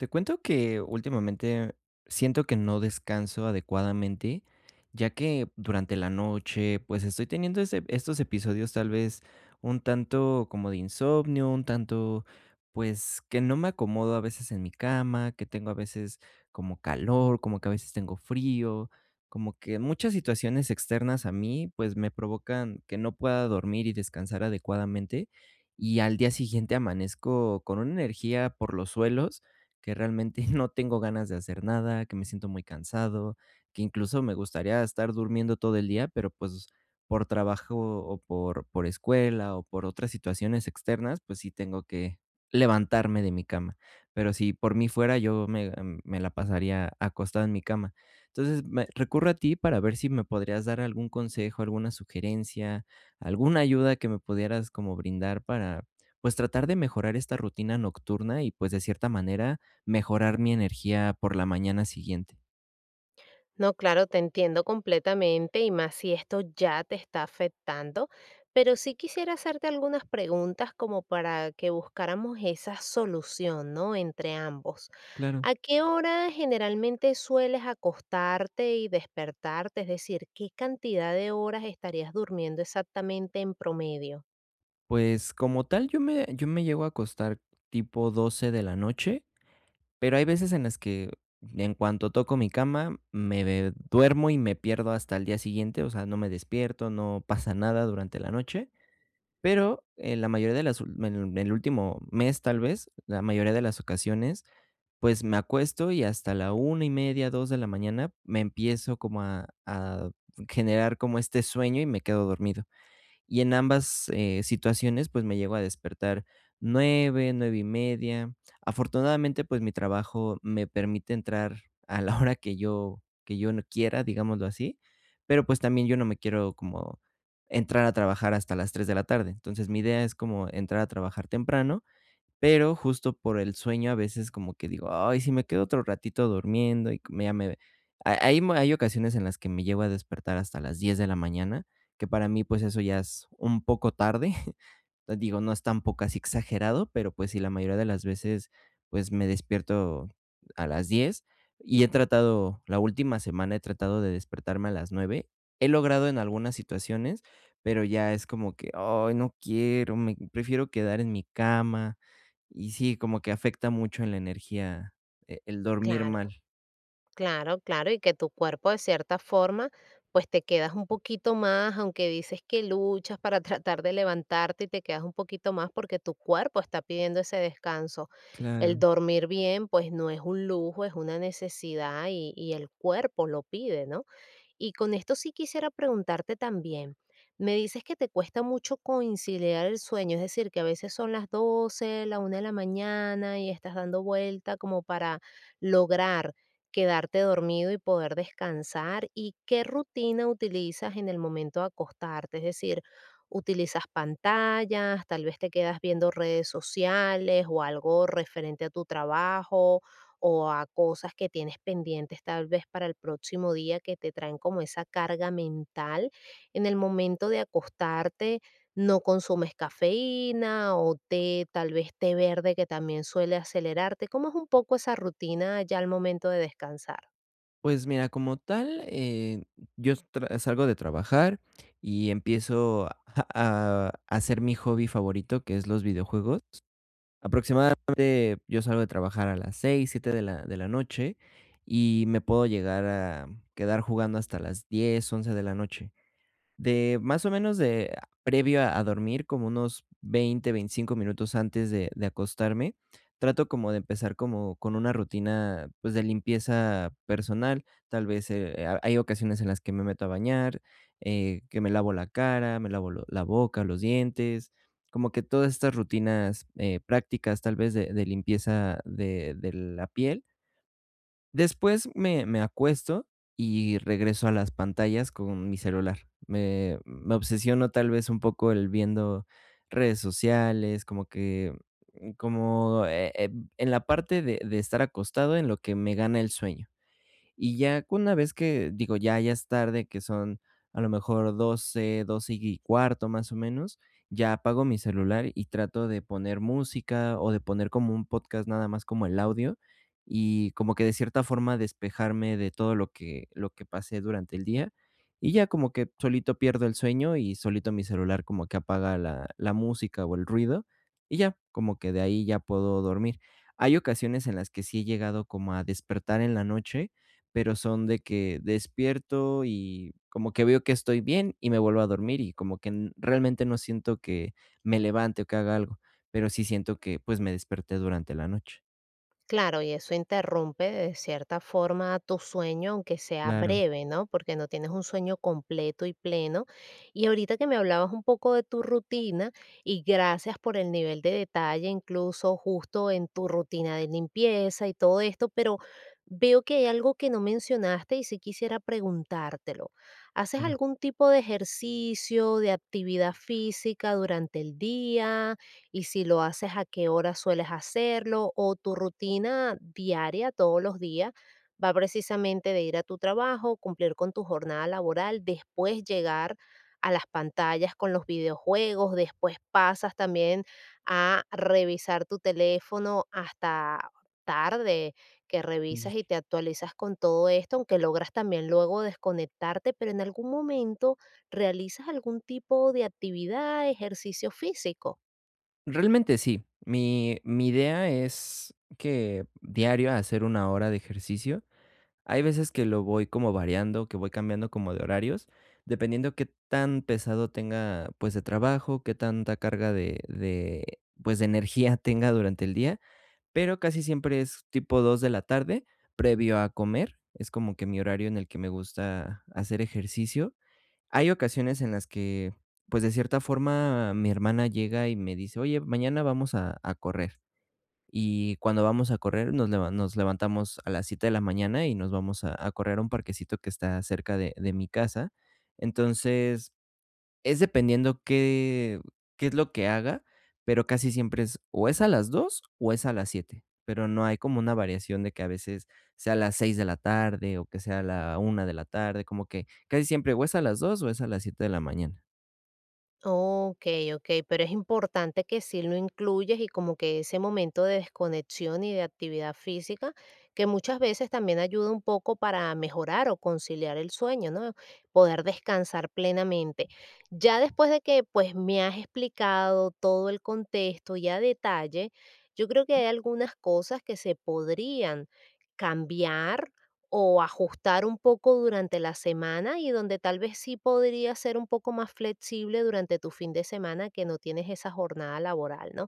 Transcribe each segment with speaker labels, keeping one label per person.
Speaker 1: Te cuento que últimamente siento que no descanso adecuadamente, ya que durante la noche, pues, estoy teniendo estos episodios, tal vez un tanto como de insomnio, un tanto, pues, que no me acomodo a veces en mi cama, que tengo a veces como calor, como que a veces tengo frío, como que muchas situaciones externas a mí, pues me provocan que no pueda dormir y descansar adecuadamente. Y al día siguiente amanezco con una energía por los suelos que realmente no tengo ganas de hacer nada, que me siento muy cansado, que incluso me gustaría estar durmiendo todo el día, pero, pues, por trabajo o por escuela o por otras situaciones externas, pues sí tengo que levantarme de mi cama. Pero si por mí fuera, me la pasaría acostado en mi cama. Entonces, recurro a ti para ver si me podrías dar algún consejo, alguna sugerencia, alguna ayuda que me pudieras como brindar para, pues, tratar de mejorar esta rutina nocturna y, pues, de cierta manera mejorar mi energía por la mañana siguiente.
Speaker 2: No, claro, te entiendo completamente y más si esto ya te está afectando, pero sí quisiera hacerte algunas preguntas como para que buscáramos esa solución, ¿no? Entre ambos.
Speaker 1: Claro.
Speaker 2: ¿A qué hora generalmente sueles acostarte y despertarte? Es decir, ¿qué cantidad de horas estarías durmiendo exactamente en promedio?
Speaker 1: Pues, como tal, yo me llego a acostar tipo 12 de la noche, pero hay veces en las que, en cuanto toco mi cama, me de duermo y me pierdo hasta el día siguiente, o sea, no me despierto, no pasa nada durante la noche, pero en la mayoría de las ul en el último mes, tal vez, la mayoría de las ocasiones, pues, me acuesto y hasta la 1:30, 2 de la mañana me empiezo como a generar como este sueño y me quedo dormido. Y en ambas, situaciones, pues, me llego a despertar 9, 9:30. Afortunadamente, pues, mi trabajo me permite entrar a la hora que yo no quiera, digámoslo así, pero, pues, también yo no me quiero como entrar a trabajar hasta las 3 de la tarde. Entonces, mi idea es como entrar a trabajar temprano, pero justo por el sueño a veces como que digo: "Ay, si me quedo otro ratito durmiendo", y me ya me ha hay mo hay ocasiones en las que me llego a despertar hasta las 10 de la mañana, que para mí, pues, eso ya es un poco tarde. Digo, no es tampoco así exagerado, pero, pues, sí, la mayoría de las veces, pues, me despierto a las 10, y he tratado, la última semana he tratado de despertarme a las 9. He logrado en algunas situaciones, pero ya es como que: "Ay, no quiero, me prefiero quedar en mi cama". Y sí, como que afecta mucho en la energía, el dormir
Speaker 2: Claro.
Speaker 1: mal.
Speaker 2: Claro, claro, y que tu cuerpo de cierta forma, pues te quedas un poquito más, aunque dices que luchas para tratar de levantarte y te quedas un poquito más porque tu cuerpo está pidiendo ese descanso. El
Speaker 1: Claro.
Speaker 2: dormir bien, pues no es un lujo, es una necesidad y el cuerpo lo pide, ¿no? Y con esto sí quisiera preguntarte también, me dices que te cuesta mucho conciliar el sueño, es decir, que a veces son las 12, la una de la mañana y estás dando vuelta como para lograr quedarte dormido y poder descansar. ¿Y qué rutina utilizas en el momento de acostarte? Es decir, utilizas pantallas, tal vez te quedas viendo redes sociales o algo referente a tu trabajo o a cosas que tienes pendientes tal vez para el próximo día que te traen como esa carga mental. En el momento de acostarte no consumes cafeína o té, tal vez té verde que también suele acelerarte. ¿Cómo es un poco esa rutina ya al momento de descansar?
Speaker 1: Pues mira, como tal, yo tra salgo de trabajar y empiezo a hacer mi hobby favorito, que es los videojuegos. Aproximadamente yo salgo de trabajar a las seis, 7 de la noche, y me puedo llegar a quedar jugando hasta las diez, 11 de la noche. De más o menos de, previo a dormir, como unos veinte, 25 minutos antes de acostarme, trato como de empezar como con una rutina, pues, de limpieza personal. Tal vez, ha hay ocasiones en las que me meto a bañar, que me lavo la cara, me lavo lo la boca, los dientes, como que todas estas rutinas, prácticas, tal vez, de limpieza de la piel. Después me acuesto y regreso a las pantallas con mi celular. Me obsesiono tal vez un poco el viendo redes sociales, como que, como, en la parte de estar acostado en lo que me gana el sueño. Y ya con una vez que, digo, ya es tarde, que son a lo mejor doce, 12 y cuarto, más o menos, ya apago mi celular y trato de poner música o de poner como un podcast, nada más como el audio, y como que de cierta forma despejarme de todo lo que pasé durante el día. Y ya como que solito pierdo el sueño y solito mi celular como que apaga la música o el ruido, y ya, como que de ahí ya puedo dormir. Hay ocasiones en las que sí he llegado como a despertar en la noche, pero son de que despierto y como que veo que estoy bien y me vuelvo a dormir y como que realmente no siento que me levante o que haga algo, pero sí siento que, pues, me desperté durante la noche.
Speaker 2: Claro, y eso interrumpe de cierta forma tu sueño, aunque sea
Speaker 1: Claro,
Speaker 2: breve, ¿no? Porque no tienes un sueño completo y pleno. Y ahorita que me hablabas un poco de tu rutina, y gracias por el nivel de detalle, incluso justo en tu rutina de limpieza y todo esto, pero veo que hay algo que no mencionaste y sí quisiera preguntártelo. ¿Haces
Speaker 1: claro.
Speaker 2: algún tipo de ejercicio, de actividad física durante el día? Y si lo haces, ¿a qué hora sueles hacerlo? ¿O tu rutina diaria todos los días va precisamente de ir a tu trabajo, cumplir con tu jornada laboral, después llegar a las pantallas con los videojuegos, después pasas también a revisar tu teléfono hasta tarde, que
Speaker 1: Y
Speaker 2: revisas y te actualizas con todo esto, aunque logras también luego desconectarte, pero en algún momento realizas algún tipo de actividad, ejercicio físico?
Speaker 1: realmente sí. Mi idea es que diario hacer 1 hora de ejercicio. Hay veces que lo voy como variando, que voy cambiando como de horarios, dependiendo qué tan pesado tenga, pues, de trabajo, qué tanta carga de pues de energía tenga durante el día, pero casi siempre es tipo 2 de la tarde, previo a comer. Es como que mi horario en el que me gusta hacer ejercicio. Hay ocasiones en las que, pues, de cierta forma, mi hermana llega y me dice: "Oye, mañana vamos a correr". Y cuando vamos a correr, nos levantamos a las 7 de la mañana y nos vamos a correr a un parquecito que está cerca de mi casa. Entonces, es dependiendo qué es lo que haga, pero casi siempre es o es a las 2 o es a las 7, pero no hay como una variación de que a veces sea a las 6 de la tarde o que sea a la 1 de la tarde, como que casi siempre o es a las 2 o es a las siete de la mañana.
Speaker 2: Okey, okey, pero es importante que sí lo incluyes, y como que ese momento de desconexión y de actividad física, que muchas veces también ayuda un poco para mejorar o conciliar el sueño, ¿no? Poder descansar plenamente. Ya después de que, pues, me has explicado todo el contexto y a detalle, yo creo que hay algunas cosas que se podrían cambiar o ajustar un poco durante la semana, y donde tal vez sí podría ser un poco más flexible durante tu fin de semana que no tienes esa jornada laboral, ¿no?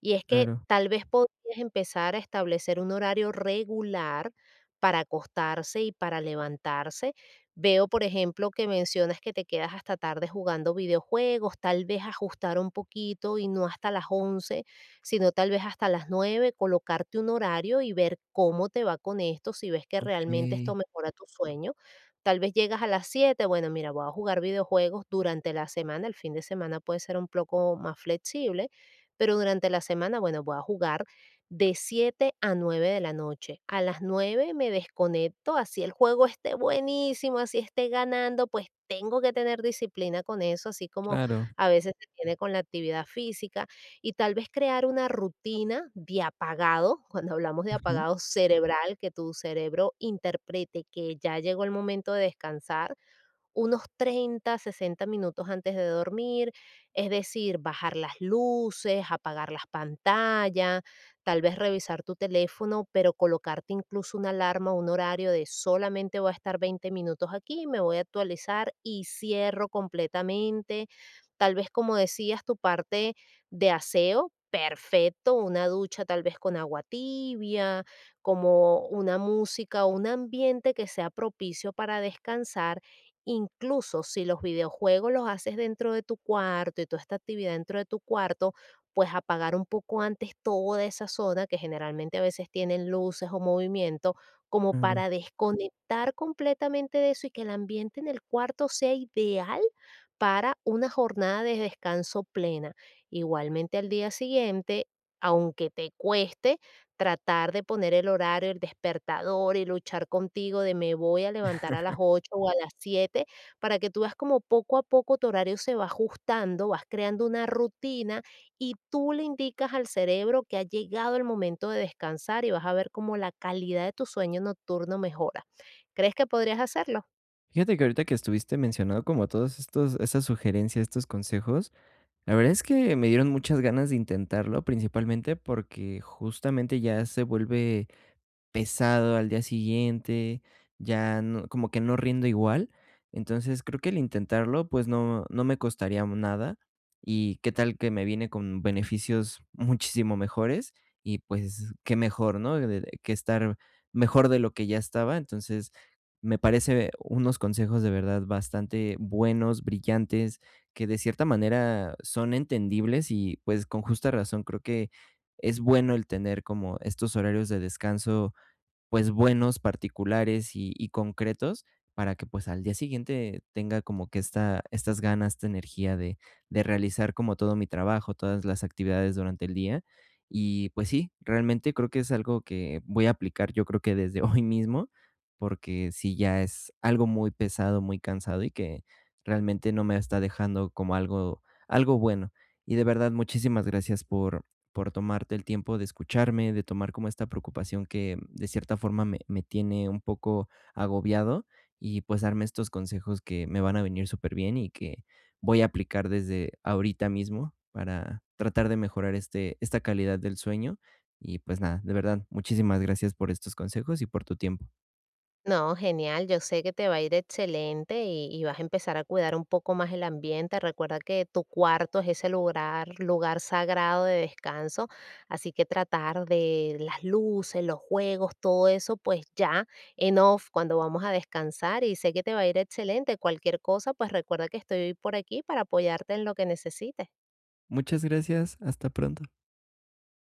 Speaker 2: Y es que
Speaker 1: Claro,
Speaker 2: tal vez podrías empezar a establecer un horario regular para acostarse y para levantarse. Veo, por ejemplo, que mencionas que te quedas hasta tarde jugando videojuegos, tal vez ajustar un poquito y no hasta las 11 sino tal vez hasta las 9, colocarte un horario y ver cómo te va con esto, si ves que realmente esto
Speaker 1: okey,
Speaker 2: mejora tu sueño. Tal vez llegas a las 7, bueno, mira, voy a jugar videojuegos durante la semana, el fin de semana puede ser un poco más flexible, pero durante la semana, bueno, voy a jugar de 7 a 9 de la noche. A las 9 me desconecto, así el juego esté buenísimo, así esté ganando, pues tengo que tener disciplina con eso, así como
Speaker 1: claro,
Speaker 2: a veces se tiene con la actividad física, y tal vez crear una rutina de apagado, cuando hablamos de
Speaker 1: ajá.
Speaker 2: apagado cerebral, que tu cerebro interprete que ya llegó el momento de descansar, unos 30 a 60 min antes de dormir, es decir, bajar las luces, apagar las pantallas, tal vez revisar tu teléfono, pero colocarte incluso una alarma, un horario de solamente voy a estar 20 minutos aquí, me voy a actualizar y cierro completamente. Tal vez, como decías, tu parte de aseo, perfecto, una ducha tal vez con agua tibia, como una música o un ambiente que sea propicio para descansar. Incluso si los videojuegos los haces dentro de tu cuarto y toda esta actividad dentro de tu cuarto, pues apagar un poco antes toda esa zona que generalmente a veces tienen luces o movimiento, como
Speaker 1: Claro.
Speaker 2: para desconectar completamente de eso y que el ambiente en el cuarto sea ideal para una jornada de descanso plena. Igualmente al día siguiente, aunque te cueste, tratar de poner el horario, el despertador y luchar contigo de me voy a levantar a las 8 o a las 7, para que tú veas como poco a poco tu horario se va ajustando, vas creando una rutina y tú le indicas al cerebro que ha llegado el momento de descansar, y vas a ver cómo la calidad de tu sueño nocturno mejora. ¿Crees que podrías hacerlo?
Speaker 1: Fíjate que ahorita que estuviste mencionando como todos estos esas sugerencias, estos consejos, la verdad es que me dieron muchas ganas de intentarlo, principalmente porque justamente ya se vuelve pesado al día siguiente, ya no, como que no rindo igual. Entonces, creo que el intentarlo, pues, no me costaría nada, y qué tal que me viene con beneficios muchísimo mejores, y, pues, qué mejor, ¿no?, de que estar mejor de lo que ya estaba. Entonces, me parece unos consejos de verdad bastante buenos, brillantes, que de cierta manera son entendibles y, pues, con justa razón creo que es bueno el tener como estos horarios de descanso, pues, buenos, particulares y concretos, para que, pues, al día siguiente tenga como que estas ganas, esta energía de realizar como todo mi trabajo, todas las actividades durante el día. Y, pues sí, realmente creo que es algo que voy a aplicar, yo creo que desde hoy mismo, porque sí ya es algo muy pesado, muy cansado y que realmente no me está dejando como algo bueno. Y de verdad, muchísimas gracias por tomarte el tiempo de escucharme, de tomar como esta preocupación que de cierta forma me tiene un poco agobiado, y, pues, darme estos consejos que me van a venir súper bien y que voy a aplicar desde ahorita mismo para tratar de mejorar este, esta calidad del sueño. Y, pues, nada, de verdad, muchísimas gracias por estos consejos y por tu tiempo.
Speaker 2: No, genial. Yo sé que te va a ir excelente, y vas a empezar a cuidar un poco más el ambiente. Recuerda que tu cuarto es ese lugar, lugar sagrado de descanso, así que tratar de las luces, los juegos, todo eso, pues ya en off cuando vamos a descansar, y sé que te va a ir excelente. Cualquier cosa, pues recuerda que estoy por aquí para apoyarte en lo que necesites.
Speaker 1: Muchas gracias, hasta pronto.